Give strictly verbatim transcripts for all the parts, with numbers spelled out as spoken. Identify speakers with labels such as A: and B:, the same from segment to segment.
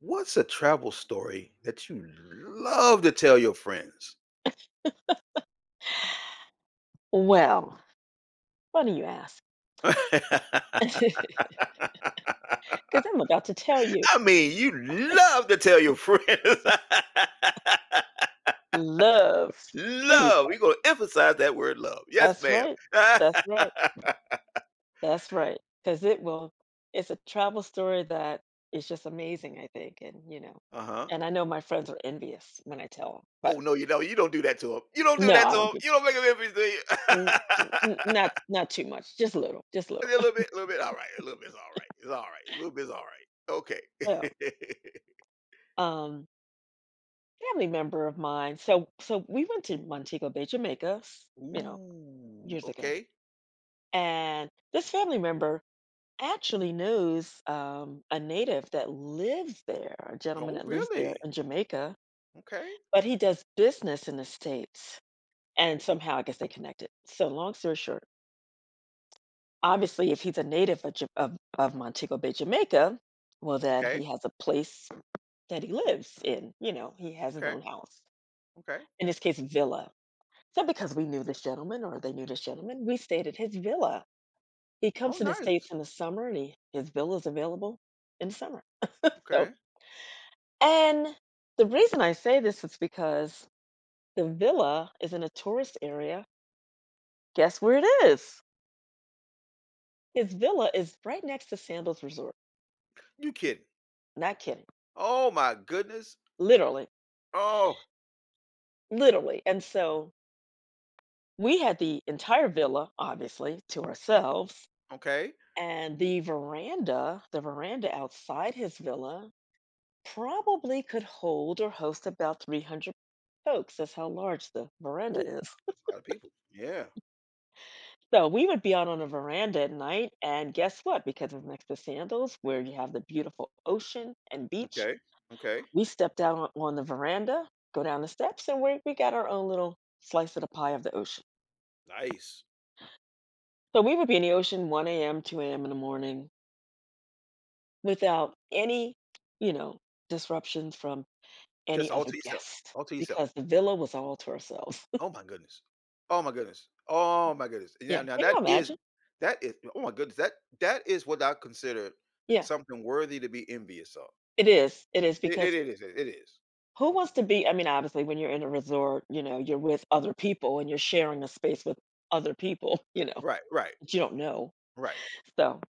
A: What's a travel story that you love to tell your friends?
B: Well, funny you ask,
A: I
B: because 'cause I'm about to tell you,
A: mean, you love to tell your friends.
B: love. There you
A: Love.
B: go.
A: We're gonna emphasize that word love. Yes,
B: That's
A: ma'am.
B: right. That's right.
A: uh-huh.
B: That's right. Because it will it's a travel story that is just amazing, I think, and, you know and I know my friends are envious when I tell 'em,
A: Oh
B: but
A: no, you don't. You don't do that to him. You don't do
B: no,
A: that
B: I
A: to
B: don't
A: him.
B: do
A: You don't make him envious, do you?
B: n n n not not too much, just a little, just a
A: A
B: little.
A: little bit, a little bit. All right, a little bit's all right. It's all right. A little bit's all right. Okay.
B: So, um, family member of mine so so we went to Montego Bay, Jamaica, s you know,
A: Ooh.
B: years ago,
A: Okay.
B: and this family member actually knows, um, a native that lives there, a gentleman
A: Oh,
B: that lives there
A: really?
B: in Jamaica,
A: Okay.
B: but he does business in the States, and somehow I guess they connected. So long story short, obviously, if he's a native of Ja of of Montego Bay, Jamaica, well, then
A: Okay,
B: he has a place that he lives in, you know, he has his
A: okay,
B: own house,
A: okay.
B: in this case, villa. So because we knew this gentleman or they knew this gentleman, we stayed at his villa. He comes
A: Oh,
B: to the
A: nice.
B: States in the summer, and he his villa is available in the summer. So
A: Okay.
B: And the reason I say this is because the villa is in a tourist area. Guess where it is? His villa is right next to Sandals Resort.
A: You kidding?
B: Not kidding.
A: Oh my goodness.
B: Literally.
A: Oh,
B: Literally. And so we had the entire villa, obviously, to ourselves.
A: okay.
B: And the veranda, the veranda outside his villa, probably could hold or host about three hundred folks. That's how large the veranda
A: Oh,
B: is.
A: that's a lot of people. Yeah.
B: So we would be out on a veranda at night, and guess what? Because it's next to Sandals, where you have the beautiful ocean and beach,
A: Okay. Okay.
B: we stepped out on, on the veranda, go down the steps, and we we got our own little slice of the pie of the ocean.
A: Nice.
B: So we would be in the ocean one a m, two a m in the morning without any, you know, disruptions from
A: Just
B: any
A: all
B: other
A: to yourself.
B: guest
A: All to yourself.
B: because the villa was all to ourselves.
A: Oh my goodness. Oh my goodness. Oh my goodness.
B: yeah.
A: Now, now
B: Can you
A: that is
B: imagine?
A: that is. Oh my goodness. That that is what I consider
B: Yeah.
A: something worthy to be envious of.
B: It is. It is
A: It, it
B: because
A: is. It is.
B: Who wants to be I mean, obviously, when you're in a resort, you know, you're with other people and you're sharing a space with other people, you know,
A: Right. Right.
B: that you don't know.
A: Right.
B: So,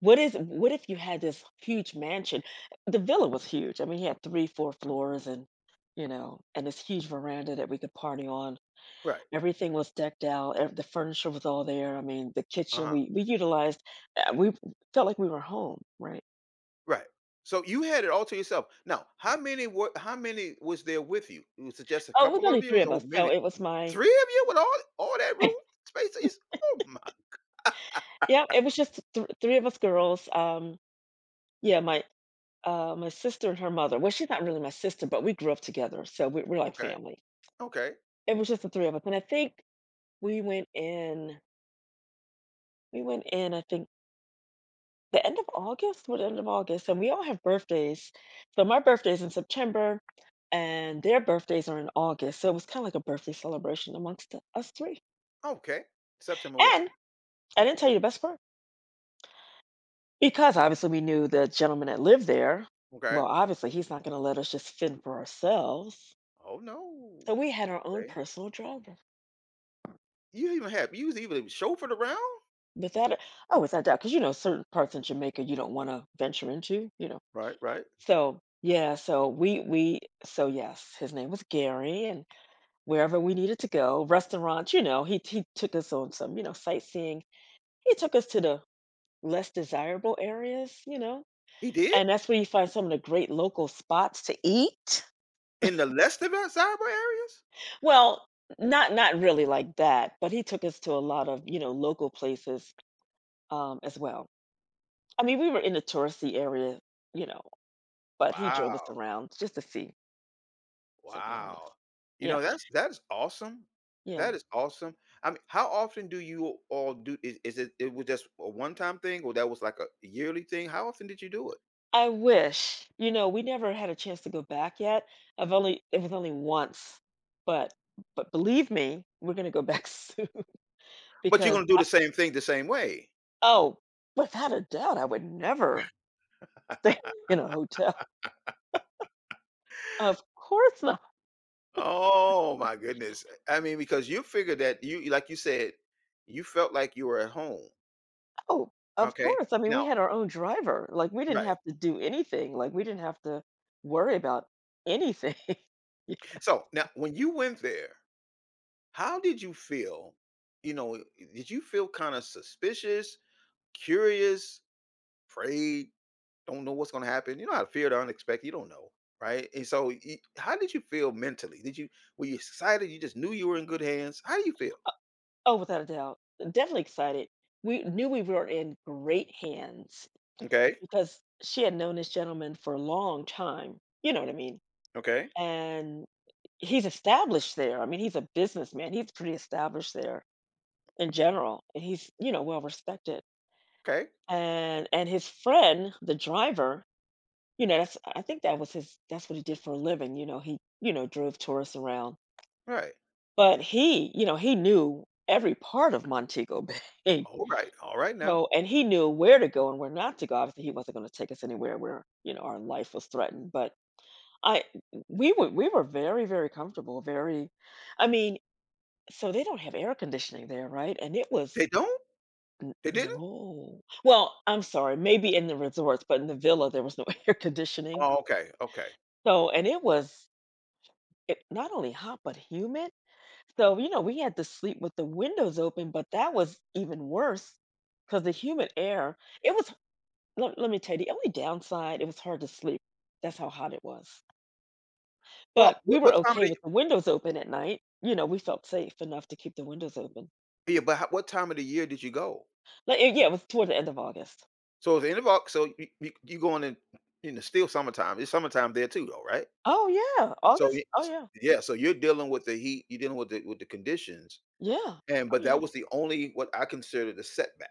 B: what is what if you had this huge mansion? The villa was huge. I mean, he had three, four floors and, you know, and this huge veranda that we could party on.
A: Right.
B: Everything was decked out. Ev The furniture was all there. I mean, the
A: Uh
B: kitchen,
A: huh.
B: we we utilized uh, we felt like we were home, right?
A: Right. So you had it all to yourself. Now, how many were how many was there with you? It was just a
B: Oh, it was
A: couple of
B: only
A: you? It
B: three
A: was a
B: of
A: whole
B: us. So,
A: minute.
B: it was my
A: three of you with all all that room space? To yours- Oh my.
B: yeah, it was just th three of us girls, um Yeah, my uh, my sister and her mother. Well, she's not really my sister, but we grew up together, so we, we're like
A: Okay.
B: family.
A: Okay.
B: It was just the three of us, and I think we went in. We went in. I think the end of August. What end of August? And we all have birthdays. So my birthday's in September, and their birthdays are in August. So it was kind of like a birthday celebration amongst the- us three.
A: Okay. September what?
B: And I didn't tell you the best part because obviously we knew the gentleman that lived there.
A: Okay.
B: Well, obviously he's not going to let us just fend for ourselves.
A: Oh
B: So
A: no.
B: we had our own
A: Okay.
B: personal driver.
A: You even have you was even chauffeured around?
B: But that Oh, without doubt, because you know, certain parts in Jamaica you don't wanna venture into, you know?
A: Right, right.
B: So, yeah, so we we so, yes, his name was Gary, and wherever we needed to go, restaurants, you know, he he took us on some, you know, sightseeing. He took us to the less desirable areas, you know?
A: He did?
B: And that's where you find some of the great local spots to eat.
A: In the less developed cyber areas?
B: Well, not not really like that, but he took us to a lot of, you know, local places, um, as well. I mean, we were in the touristy area, you know. But he drove us
A: Wow.
B: around just to see some areas.
A: Wow. You
B: Yeah,
A: know, that's that's awesome.
B: yeah.
A: That is awesome. I mean, how often do you all do is, is it it was just a one-time thing or that was like a yearly thing? How often did you do it?
B: I wish. You know, we never had a chance to go back yet. I've only It was only once, but but believe me, we're gonna go back soon
A: But you're
B: because
A: gonna do
B: I
A: the same thing the same way.
B: oh, without a doubt, I would never stay in a hotel. Of course not.
A: Oh my goodness. I mean, because you figured that you like you said, you felt like you were at home.
B: Oh, of
A: Okay.
B: course. I mean, we
A: Now,
B: had our own driver. Like we didn't
A: right.
B: have to do anything. Like we didn't have to worry about anything.
A: So now when you went there, how did you feel? You know, did you feel kind of suspicious, curious, afraid? Don't know what's going to happen. You know how to fear the unexpected. You don't know, right? And so, y- how did you feel mentally? Did you Were you excited? You just knew you were in good hands. How do you feel?
B: Oh, without a doubt. Definitely excited. We knew we were in great hands
A: Okay,
B: because she had known this gentleman for a long time. You know what I mean?
A: okay,
B: And he's established there. I mean, he's a businessman. He's pretty established there in general, and he's, you know, well respected.
A: okay,
B: And and his friend, the driver, you know, that's I think that was his that's what he did for a living. You know, he, you know, drove tourists around.
A: right,
B: But he, you know, he knew every part of Montego Bay.
A: all right, all right. Now
B: So and he knew where to go and where not to go. Obviously, he wasn't gonna take us anywhere where, you know, our life was threatened, but I we were we were very, very comfortable, very I mean, so they don't have air conditioning there, right? And it
A: they
B: was
A: don't.
B: n
A: They didn't.
B: no. Well, I'm sorry, maybe in the resorts, but in the villa, there was no air conditioning.
A: Oh, okay, okay.
B: So and it was it not only hot, but humid. So, you know, we had to sleep with the windows open, but that was even worse because the humid air, it was, let, let me tell you, the only downside, it was hard to sleep. That's how hot it was.
A: Well,
B: But we
A: what,
B: were
A: what time of
B: okay
A: the
B: with the windows open at night. You know, we felt safe enough to keep the windows open.
A: yeah? But how, what time of the year did you go?
B: Like, yeah, it was toward the end of August.
A: So it's the end of August. So you, you, you going in? You know, still summertime. It's summertime there too, though, right?
B: Oh, yeah.
A: So
B: August?
A: y-
B: Oh,
A: s-
B: yeah.
A: yeah. So you're dealing with the heat. You're dealing with the with the conditions.
B: Yeah.
A: And
B: Oh,
A: but that
B: yeah.
A: was the only what I considered a setback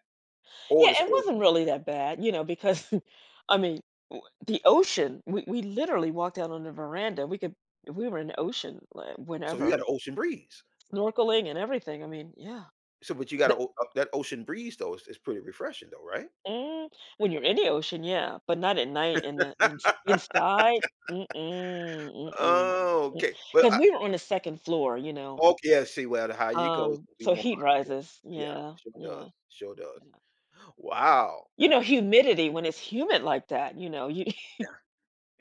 A: or
B: Yeah.
A: this
B: It
A: or
B: wasn't really that bad, you know, because, I mean, w- the ocean, we, we literally walked out on the veranda. We could, we were in the ocean like,
A: so you got
B: whenever.
A: an ocean breeze.
B: Snorkeling and everything, I mean, yeah.
A: So but you got
B: The
A: a o uh, that ocean breeze though is is pretty refreshing though, right?
B: mm, when you're in the ocean, yeah, but not at night in the ins inside? Mm-mm, mm-mm,
A: Oh,
B: mm.
A: okay. But
B: 'Cause
A: I
B: we were on the second floor, you know,
A: oh, yeah, see, well, the higher you go, it's
B: um,
A: gonna be
B: so
A: more
B: heat
A: hotter,
B: rises,
A: yeah. Yeah,
B: yeah,
A: sure
B: yeah,
A: does, sure does.
B: yeah.
A: Wow.
B: You know, humidity when it's humid like that, you know, you
A: Now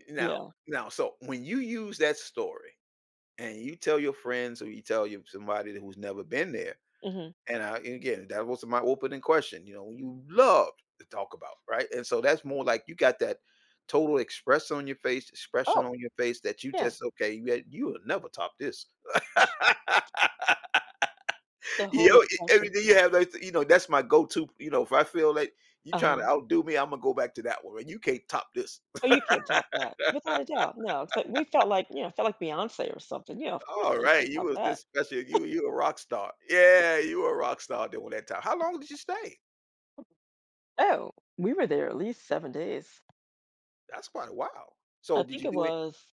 A: now
B: yeah,
A: now, so when you use that story and you tell your friends or you tell your somebody who's never been there.
B: mhm.
A: And I, and again, that was my opening question. You know, you loved to talk about, right? And so that's more like you got that total express on your face, expression
B: Oh,
A: on your face that you
B: yeah,
A: just okay. You had, you will never top this.
B: the
A: You
B: whole
A: know,
B: expression.
A: everything you have, like, you know, that's my go-to. You know, if I feel like you trying to
B: Uh-huh.
A: outdo me, I'm gonna go back to that one. And you can't top this.
B: Oh, you can't top that, without a doubt, no, it's like we felt like, you know, felt like Beyoncé or something, yeah, of course,
A: All
B: not. You
A: right,
B: can't
A: you
B: top
A: was
B: that.
A: this special. You you a rock star. Yeah, you were a rock star during that time. How long did you stay?
B: Oh, we were there at least seven days.
A: That's quite a while. So
B: I
A: did
B: think
A: you
B: it
A: do
B: was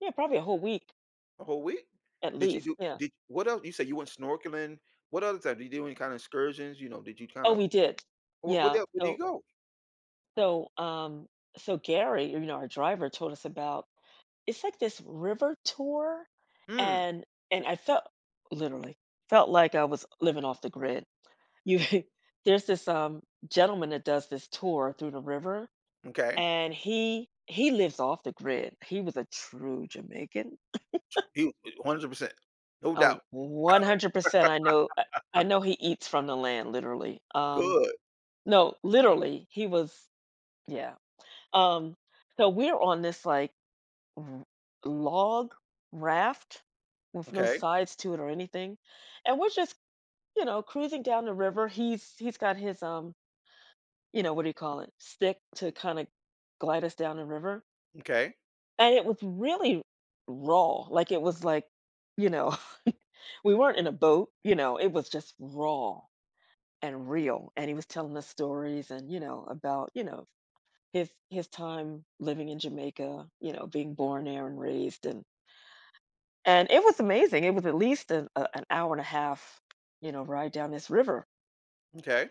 B: yeah, probably a whole week
A: a whole week?
B: at
A: Did you
B: least,
A: do
B: yeah.
A: did what else? You said you went snorkeling. What other time? Did you do any kind of excursions? You know, did you kind
B: Oh,
A: of
B: we did.
A: what what
B: Yeah,
A: else where did you
B: so
A: go?
B: so, um, so Gary, you know, our driver told us about it's like this river tour,
A: Hmm.
B: and and I felt literally, felt like I was living off the grid. You there's this, um, gentleman that does this tour through the river,
A: Okay.
B: and he he lives off the grid. He was a true Jamaican.
A: You one hundred percent. No doubt.
B: Oh, one hundred percent. I know I I know he eats from the land, literally. Um,
A: Good.
B: no, literally, he was yeah. Um, so we're on this, like, r log raft with no
A: Okay.
B: sides to it or anything, and we're just, you know, cruising down the river. He's he's got his, um, you know, what do you call it, stick to kinda glide us down the river,
A: Okay.
B: and it was really raw, like, it was like, you know, we weren't in a boat, you know, it was just raw and real. And he was telling us stories and, you know, about, you know, his his time living in Jamaica, you know, being born there and raised and and it was amazing. It was at least an, a, an hour and a half, you know, ride down this river.
A: Okay.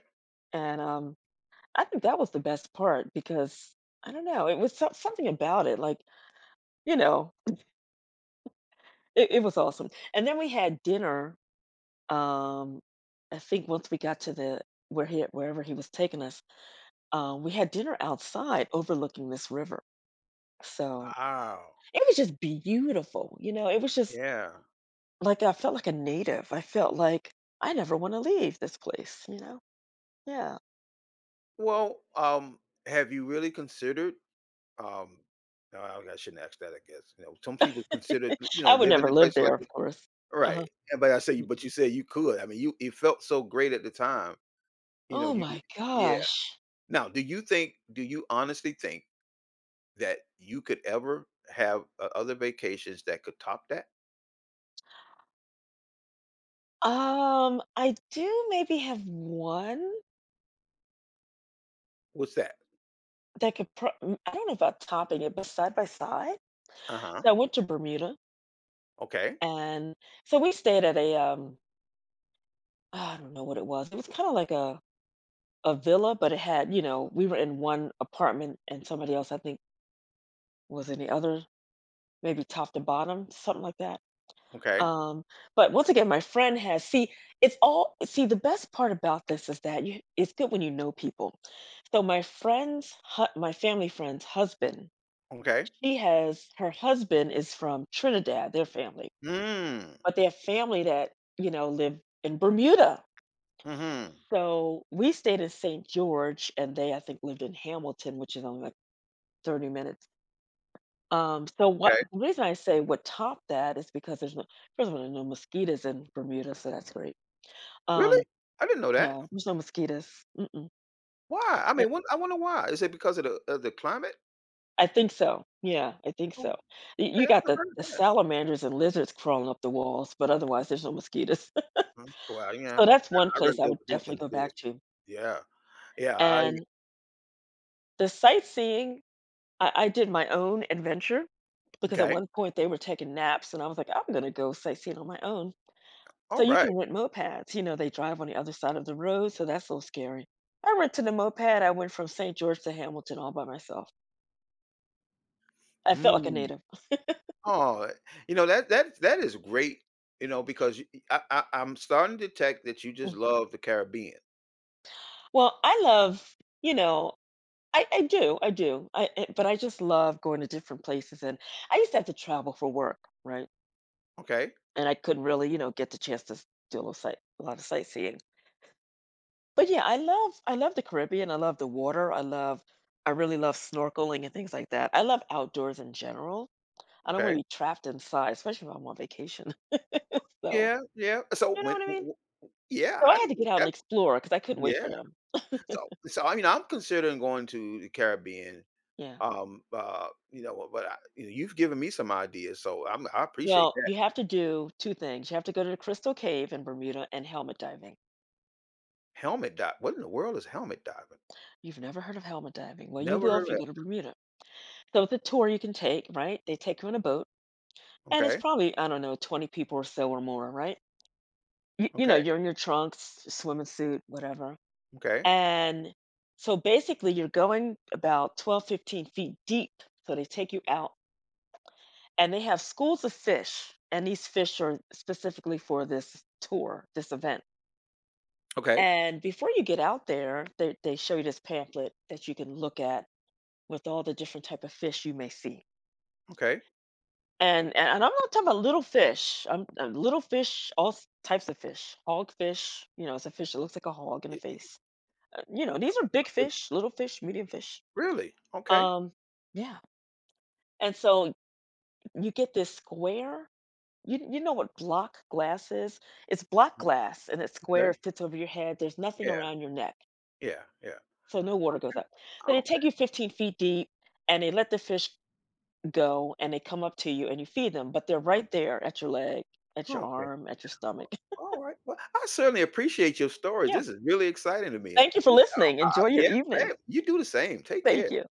B: And um I think that was the best part because I don't know, it was so, something about it like, you know, it, it was awesome. And then we had dinner um I think once we got to the where he wherever he was taking us, uh, we had dinner outside overlooking this river. So,
A: Wow.
B: it was just beautiful, you know, it was just
A: Yeah.
B: like I felt like a native. I felt like I never wanna leave this place, you know? Yeah.
A: Well, um, have you really considered? Um, no, I I shouldn't ask that. I guess you know some people consider you know
B: I would
A: living
B: never
A: in
B: live
A: places
B: there,
A: like that.
B: of course. Uh-huh.
A: Right. And but I say,
B: Mm.
A: but you said you could. I mean, you it felt so great at the time. You know,
B: Oh
A: you
B: my
A: yeah.
B: gosh.
A: Now, do you think do you honestly think that you could ever have o other vacations that could top that?
B: Um, I do maybe have one
A: What's that?
B: that could pro mm, I don't know about topping it, but side by side.
A: Uh-huh.
B: So I went to Bermuda,
A: Okay.
B: and so we stayed at a, um, I don't know what it was. It was kinda like a a villa, but it had, you know, we were in one apartment and somebody else, I think Was any other maybe top to bottom, something like that.
A: Okay.
B: Um, but once again, my friend has see, it's all see, the best part about this is that you it's good when you know people. So my friend's hu my family friend's husband,
A: Okay.
B: she has her husband is from Trinidad, their family,
A: Mm.
B: but they have family that, you know, live in Bermuda.
A: Mhm.
B: So we stayed in Saint George and they, I think, lived in Hamilton, which is only like thirty minutes. Um, so what
A: Okay.
B: the reason I say what topped that is because there's no, first of all, there no mosquitoes in Bermuda, so that's great.
A: Really?
B: Um,
A: I didn't know that.
B: no, there's no mosquitoes. Mm-mm.
A: Why? I
B: I
A: mean, what I wonder why. Is it because of the of the climate?
B: I think so. Yeah, I think
A: Oh,
B: so. Y-
A: okay.
B: You
A: I
B: got
A: never
B: the,
A: heard of
B: the
A: that.
B: salamanders and lizards crawling up the walls, but otherwise there's no mosquitoes.
A: Mm, well,
B: So
A: yeah.
B: that's one
A: I'd rather
B: place I
A: deal
B: would
A: with them
B: definitely
A: than to
B: go
A: deal with
B: back to.
A: yeah. Yeah, I
B: And the sightseeing, I, I did my own adventure because at
A: okay.
B: one point they were taking naps and I was like, I'm gonna go sightseeing on my own. So you can
A: Alright.
B: rent mopeds. You know, they drive on the other side of the road, so that's so scary. I rented a moped. I went from Saint George to Hamilton all by myself. I felt like a
A: Hmm.
B: native.
A: Oh, you know that that that is great. You know because you- I, I I'm starting to detect that you just
B: Mm.
A: love the Caribbean.
B: Well, I love, you know, I, I do, I do. I I- but I just love going to different places, and I used to have to travel for work, right?
A: Okay,
B: And I couldn't really, you know, get the chance to s- do a little sight a lot of sightseeing. But yeah, I love I love the Caribbean. I love the water. I love I really love snorkeling and things like that. I love outdoors in general. I don't
A: okay,
B: wanna be trapped inside, especially if I'm on vacation. So
A: yeah, yeah. So
B: you know
A: when,
B: what I
A: w-
B: mean?
A: w- yeah,
B: So I
A: I,
B: had to get
A: do,
B: out and explore because I couldn't wait
A: yeah.
B: for them.
A: So so I mean I'm considering going to the Caribbean.
B: Yeah.
A: Um, uh, you know, but I, you know, you've given me some ideas, so I'm I appreciate
B: Well,
A: that.
B: you have to do two things. You have to go to the Crystal Cave in Bermuda and helmet diving.
A: Helmet dive. What in the world is helmet diving?
B: You've never heard of helmet diving? Well, you
A: Never
B: will
A: heard
B: if
A: of
B: you
A: it.
B: go to Bermuda. So it's a tour you can take, right? They take you on a boat, and it's
A: Okay,
B: probably, I don't know, twenty people or so or more, right? You you know,
A: okay,
B: you're in your trunks, swimming suit, whatever,
A: okay,
B: and so basically, you're going about twelve fifteen feet deep. So they take you out and they have schools of fish, and these fish are specifically for this tour, this event.
A: okay,
B: And before you get out there, they, they show you this pamphlet that you can look at with all the different type of fish you may see.
A: okay.
B: And and, and I'm not talking about little fish. I'm, uh, little fish, all s- types of fish. Hogfish, you know, it's a fish that looks like a hog in the
A: Y-
B: face. Uh, You know, these are big
A: y-
B: fish, little fish, medium fish.
A: Really? Okay,
B: Um, yeah. And so you get this square. You you know what block glass is? It's block glass and it's
A: okay,
B: square, fits over your head. There's nothing
A: yeah.
B: around your neck,
A: Yeah, yeah.
B: so no water goes
A: Okay.
B: up. So they
A: Okay.
B: take you fifteen feet deep and they let the fish go and they come up to you and you feed them, but they're
A: Mm,
B: right there at your leg, at your
A: okay.
B: arm, at your stomach.
A: Well, alright. Well, I certainly appreciate your stories.
B: Yeah.
A: This is really exciting to me.
B: Thank you for
A: Uh,
B: listening. Enjoy your
A: yes,
B: evening.
A: ma'am. You do the same. Take
B: Thank
A: care.
B: you.